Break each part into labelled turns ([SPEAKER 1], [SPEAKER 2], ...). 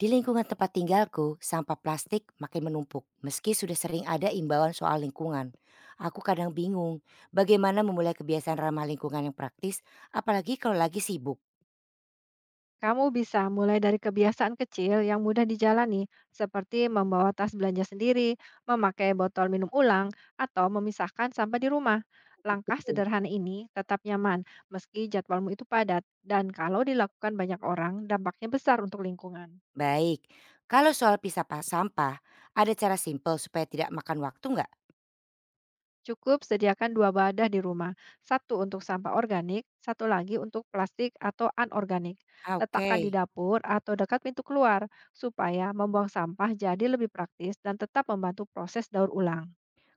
[SPEAKER 1] Di lingkungan tempat tinggalku, sampah plastik makin menumpuk. Meski sudah sering ada imbauan soal lingkungan, aku kadang bingung bagaimana memulai kebiasaan ramah lingkungan yang praktis, apalagi kalau lagi sibuk.
[SPEAKER 2] Kamu bisa mulai dari kebiasaan kecil yang mudah dijalani, seperti membawa tas belanja sendiri, memakai botol minum ulang, atau memisahkan sampah di rumah. Langkah
[SPEAKER 1] Hmm.
[SPEAKER 2] sederhana ini tetap nyaman, meski jadwalmu itu padat, dan kalau dilakukan banyak orang, dampaknya besar untuk lingkungan.
[SPEAKER 1] Baik, kalau soal sampah, ada cara simpel supaya tidak makan waktu nggak?
[SPEAKER 2] Cukup sediakan dua wadah di rumah, satu untuk sampah organik, satu lagi untuk plastik atau anorganik.
[SPEAKER 1] Ah,
[SPEAKER 2] Letakkan di
[SPEAKER 1] oke.
[SPEAKER 2] dapur atau dekat pintu keluar supaya membuang sampah jadi lebih praktis dan tetap membantu proses daur ulang.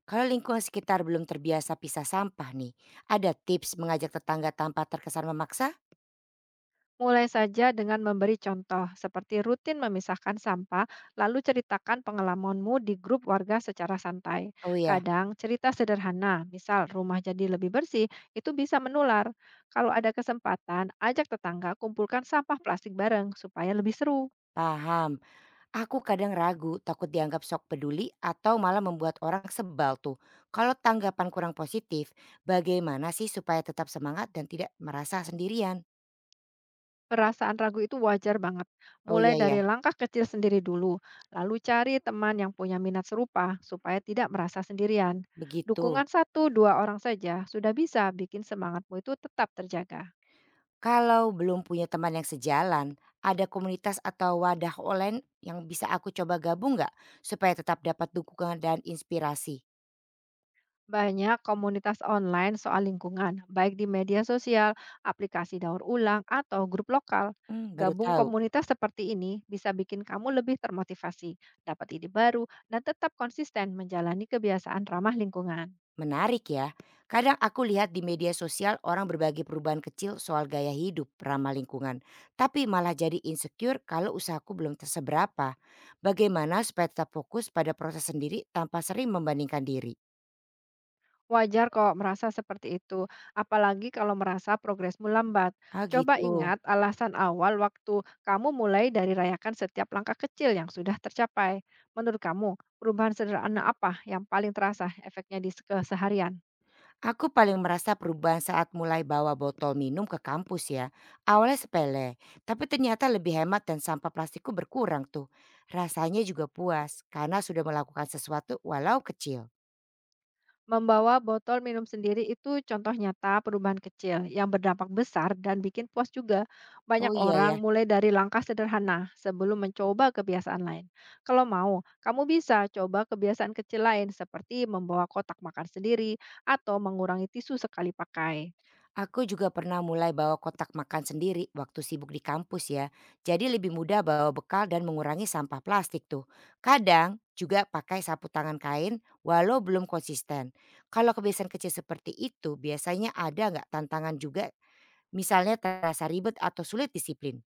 [SPEAKER 1] Kalau lingkungan sekitar belum terbiasa pisah sampah nih, ada tips mengajak tetangga tanpa terkesan memaksa?
[SPEAKER 2] Mulai saja dengan memberi contoh, seperti rutin memisahkan sampah, lalu ceritakan pengalamanmu di grup warga secara santai.
[SPEAKER 1] Oh ya,
[SPEAKER 2] Kadang cerita sederhana, misal rumah jadi lebih bersih, itu bisa menular. Kalau ada kesempatan, ajak tetangga kumpulkan sampah plastik bareng supaya lebih seru.
[SPEAKER 1] paham. Aku kadang ragu, takut dianggap sok peduli atau malah membuat orang sebal tuh. Kalau tanggapan kurang positif, bagaimana sih supaya tetap semangat dan tidak merasa sendirian?
[SPEAKER 2] Perasaan ragu itu wajar banget.
[SPEAKER 1] Oh
[SPEAKER 2] Mulai
[SPEAKER 1] iya ya,
[SPEAKER 2] dari langkah kecil sendiri dulu, lalu cari teman yang punya minat serupa supaya tidak merasa sendirian.
[SPEAKER 1] begitu.
[SPEAKER 2] Dukungan satu dua orang saja sudah bisa bikin semangatmu itu tetap terjaga.
[SPEAKER 1] Kalau belum punya teman yang sejalan, ada komunitas atau wadah online yang bisa aku coba gabung nggak supaya tetap dapat dukungan dan inspirasi?
[SPEAKER 2] Banyak komunitas online soal lingkungan, baik di media sosial, aplikasi daur ulang, atau grup lokal.
[SPEAKER 1] Hmm, baru
[SPEAKER 2] Gabung
[SPEAKER 1] tahu.
[SPEAKER 2] komunitas seperti ini bisa bikin kamu lebih termotivasi, dapat ide baru, dan tetap konsisten menjalani kebiasaan ramah lingkungan.
[SPEAKER 1] Menarik ya. Kadang aku lihat di media sosial orang berbagi perubahan kecil soal gaya hidup ramah lingkungan. Tapi malah jadi insecure kalau usahaku belum terseberapa. Bagaimana supaya tetap fokus pada proses sendiri tanpa sering membandingkan diri?
[SPEAKER 2] Wajar kok merasa seperti itu, apalagi kalau merasa progresmu lambat.
[SPEAKER 1] Ah
[SPEAKER 2] Coba
[SPEAKER 1] gitu.
[SPEAKER 2] ingat alasan awal waktu kamu mulai dari rayakan setiap langkah kecil yang sudah tercapai. Menurut kamu, perubahan sederhana apa yang paling terasa efeknya di keseharian?
[SPEAKER 1] Aku paling merasa perubahan saat mulai bawa botol minum ke kampus ya. Awalnya sepele, tapi ternyata lebih hemat dan sampah plastikku berkurang tuh. Rasanya juga puas karena sudah melakukan sesuatu walau kecil.
[SPEAKER 2] Membawa botol minum sendiri itu contoh nyata perubahan kecil yang berdampak besar dan bikin puas juga. Banyak
[SPEAKER 1] Oh iya
[SPEAKER 2] orang
[SPEAKER 1] ya.
[SPEAKER 2] mulai dari langkah sederhana sebelum mencoba kebiasaan lain. Kalau mau, kamu bisa coba kebiasaan kecil lain seperti membawa kotak makan sendiri atau mengurangi tisu sekali pakai.
[SPEAKER 1] Aku juga pernah mulai bawa kotak makan sendiri waktu sibuk di kampus ya. Jadi lebih mudah bawa bekal dan mengurangi sampah plastik tuh. Kadang juga pakai sapu tangan kain walau belum konsisten. Kalau kebiasaan kecil seperti itu biasanya ada nggak tantangan juga, misalnya terasa ribet atau sulit disiplin?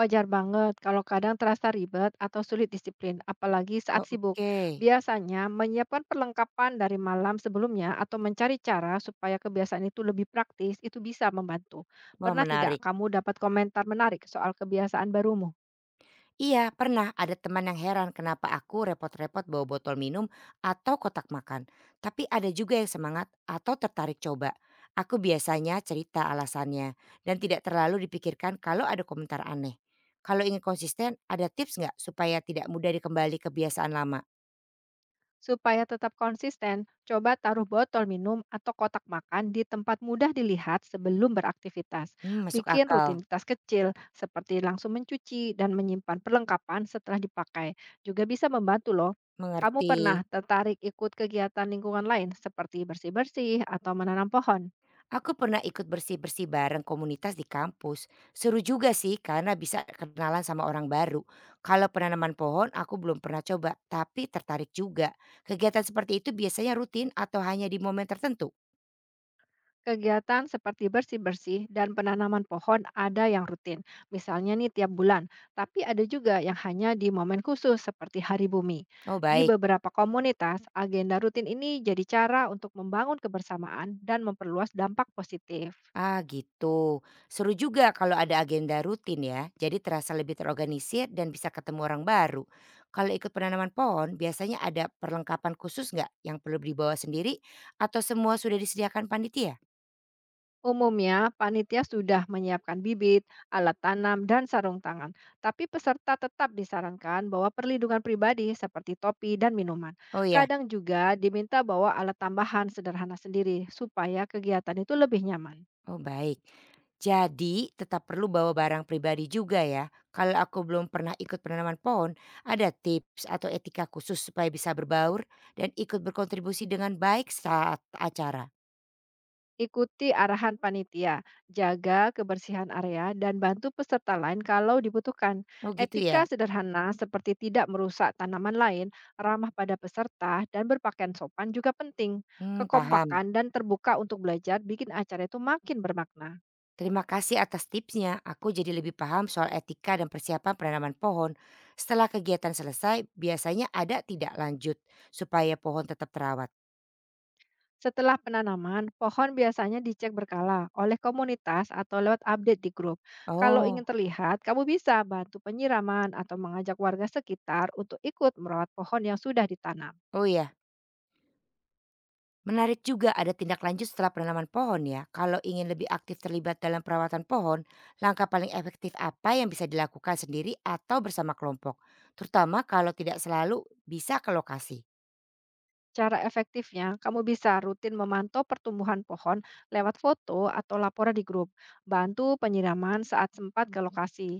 [SPEAKER 2] Wajar banget kalau kadang terasa ribet atau sulit disiplin, apalagi saat
[SPEAKER 1] Oh,
[SPEAKER 2] sibuk.
[SPEAKER 1] oke.
[SPEAKER 2] Biasanya menyiapkan perlengkapan dari malam sebelumnya atau mencari cara supaya kebiasaan itu lebih praktis itu bisa membantu.
[SPEAKER 1] Wah
[SPEAKER 2] Pernah tidak
[SPEAKER 1] menarik.
[SPEAKER 2] kamu dapat komentar menarik soal kebiasaan barumu?
[SPEAKER 1] Iya, pernah ada teman yang heran kenapa aku repot-repot bawa botol minum atau kotak makan. Tapi ada juga yang semangat atau tertarik coba. Aku biasanya cerita alasannya dan tidak terlalu dipikirkan kalau ada komentar aneh. Kalau ingin konsisten, ada tips nggak supaya tidak mudah dikembali kebiasaan lama?
[SPEAKER 2] Supaya tetap konsisten, coba taruh botol minum atau kotak makan di tempat mudah dilihat sebelum beraktivitas.
[SPEAKER 1] Hmm, masuk
[SPEAKER 2] Bikin
[SPEAKER 1] akal.
[SPEAKER 2] rutinitas kecil seperti langsung mencuci dan menyimpan perlengkapan setelah dipakai. Juga bisa membantu loh. Kamu
[SPEAKER 1] Mengerti.
[SPEAKER 2] pernah tertarik ikut kegiatan lingkungan lain seperti bersih-bersih atau menanam pohon?
[SPEAKER 1] Aku pernah ikut bersih-bersih bareng komunitas di kampus. Seru juga sih karena bisa kenalan sama orang baru. Kalau penanaman pohon aku belum pernah coba tapi tertarik juga. Kegiatan seperti itu biasanya rutin atau hanya di momen tertentu?
[SPEAKER 2] Kegiatan seperti bersih-bersih dan penanaman pohon ada yang rutin, misalnya nih tiap bulan, tapi ada juga yang hanya di momen khusus seperti Hari Bumi.
[SPEAKER 1] Oh
[SPEAKER 2] Di
[SPEAKER 1] baik.
[SPEAKER 2] beberapa komunitas, agenda rutin ini jadi cara untuk membangun kebersamaan dan memperluas dampak positif.
[SPEAKER 1] Ah gitu. Seru juga kalau ada agenda rutin ya. Jadi terasa lebih terorganisir dan bisa ketemu orang baru. Kalau ikut penanaman pohon biasanya ada perlengkapan khusus nggak yang perlu dibawa sendiri atau semua sudah disediakan panitia?
[SPEAKER 2] Umumnya, panitia sudah menyiapkan bibit, alat tanam, dan sarung tangan. Tapi peserta tetap disarankan bahwa perlindungan pribadi seperti topi dan minuman.
[SPEAKER 1] Oh ya.
[SPEAKER 2] Kadang juga diminta bawa alat tambahan sederhana sendiri supaya kegiatan itu lebih nyaman.
[SPEAKER 1] Oh baik. Jadi tetap perlu bawa barang pribadi juga ya. Kalau aku belum pernah ikut penanaman pohon, ada tips atau etika khusus supaya bisa berbaur dan ikut berkontribusi dengan baik saat acara?
[SPEAKER 2] Ikuti arahan panitia, jaga kebersihan area, dan bantu peserta lain kalau dibutuhkan.
[SPEAKER 1] Oh gitu ya?
[SPEAKER 2] Etika sederhana seperti tidak merusak tanaman lain, ramah pada peserta, dan berpakaian sopan juga penting.
[SPEAKER 1] Hmm, paham.
[SPEAKER 2] Kekompakan dan terbuka untuk belajar bikin acara itu makin bermakna.
[SPEAKER 1] Terima kasih atas tipsnya. Aku jadi lebih paham soal etika dan persiapan penanaman pohon. Setelah kegiatan selesai, biasanya ada tidak lanjut supaya pohon tetap terawat.
[SPEAKER 2] Setelah penanaman, pohon biasanya dicek berkala oleh komunitas atau lewat update di grup. Kalau
[SPEAKER 1] Oh,
[SPEAKER 2] ingin terlihat, kamu bisa bantu penyiraman atau mengajak warga sekitar untuk ikut merawat pohon yang sudah ditanam.
[SPEAKER 1] oh ya. Menarik juga ada tindak lanjut setelah penanaman pohon ya. Kalau ingin lebih aktif terlibat dalam perawatan pohon, langkah paling efektif apa yang bisa dilakukan sendiri atau bersama kelompok? Terutama kalau tidak selalu bisa ke lokasi.
[SPEAKER 2] Cara efektifnya, kamu bisa rutin memantau pertumbuhan pohon lewat foto atau laporan di grup, bantu penyiraman saat sempat ke lokasi,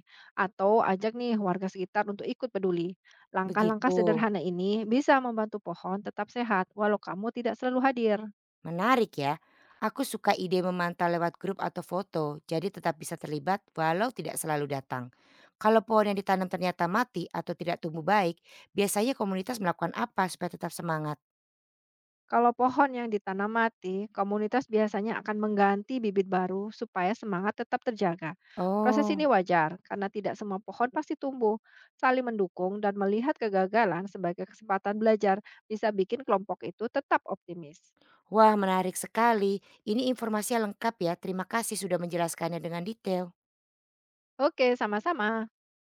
[SPEAKER 2] atau ajak nih warga sekitar untuk ikut peduli. Langkah-langkah
[SPEAKER 1] Begitu.
[SPEAKER 2] sederhana ini bisa membantu pohon tetap sehat walau kamu tidak selalu hadir.
[SPEAKER 1] Menarik ya. Aku suka ide memantau lewat grup atau foto, jadi tetap bisa terlibat walau tidak selalu datang. Kalau pohon yang ditanam ternyata mati atau tidak tumbuh baik, biasanya komunitas melakukan apa supaya tetap semangat?
[SPEAKER 2] Kalau pohon yang ditanam mati, komunitas biasanya akan mengganti bibit baru supaya semangat tetap terjaga. Proses ini
[SPEAKER 1] Oh,
[SPEAKER 2] wajar karena tidak semua pohon pasti tumbuh. Saling mendukung dan melihat kegagalan sebagai kesempatan belajar bisa bikin kelompok itu tetap optimis.
[SPEAKER 1] wah menarik sekali, ini informasinya lengkap ya, terima kasih sudah menjelaskannya dengan detail.
[SPEAKER 2] Oke, sama-sama.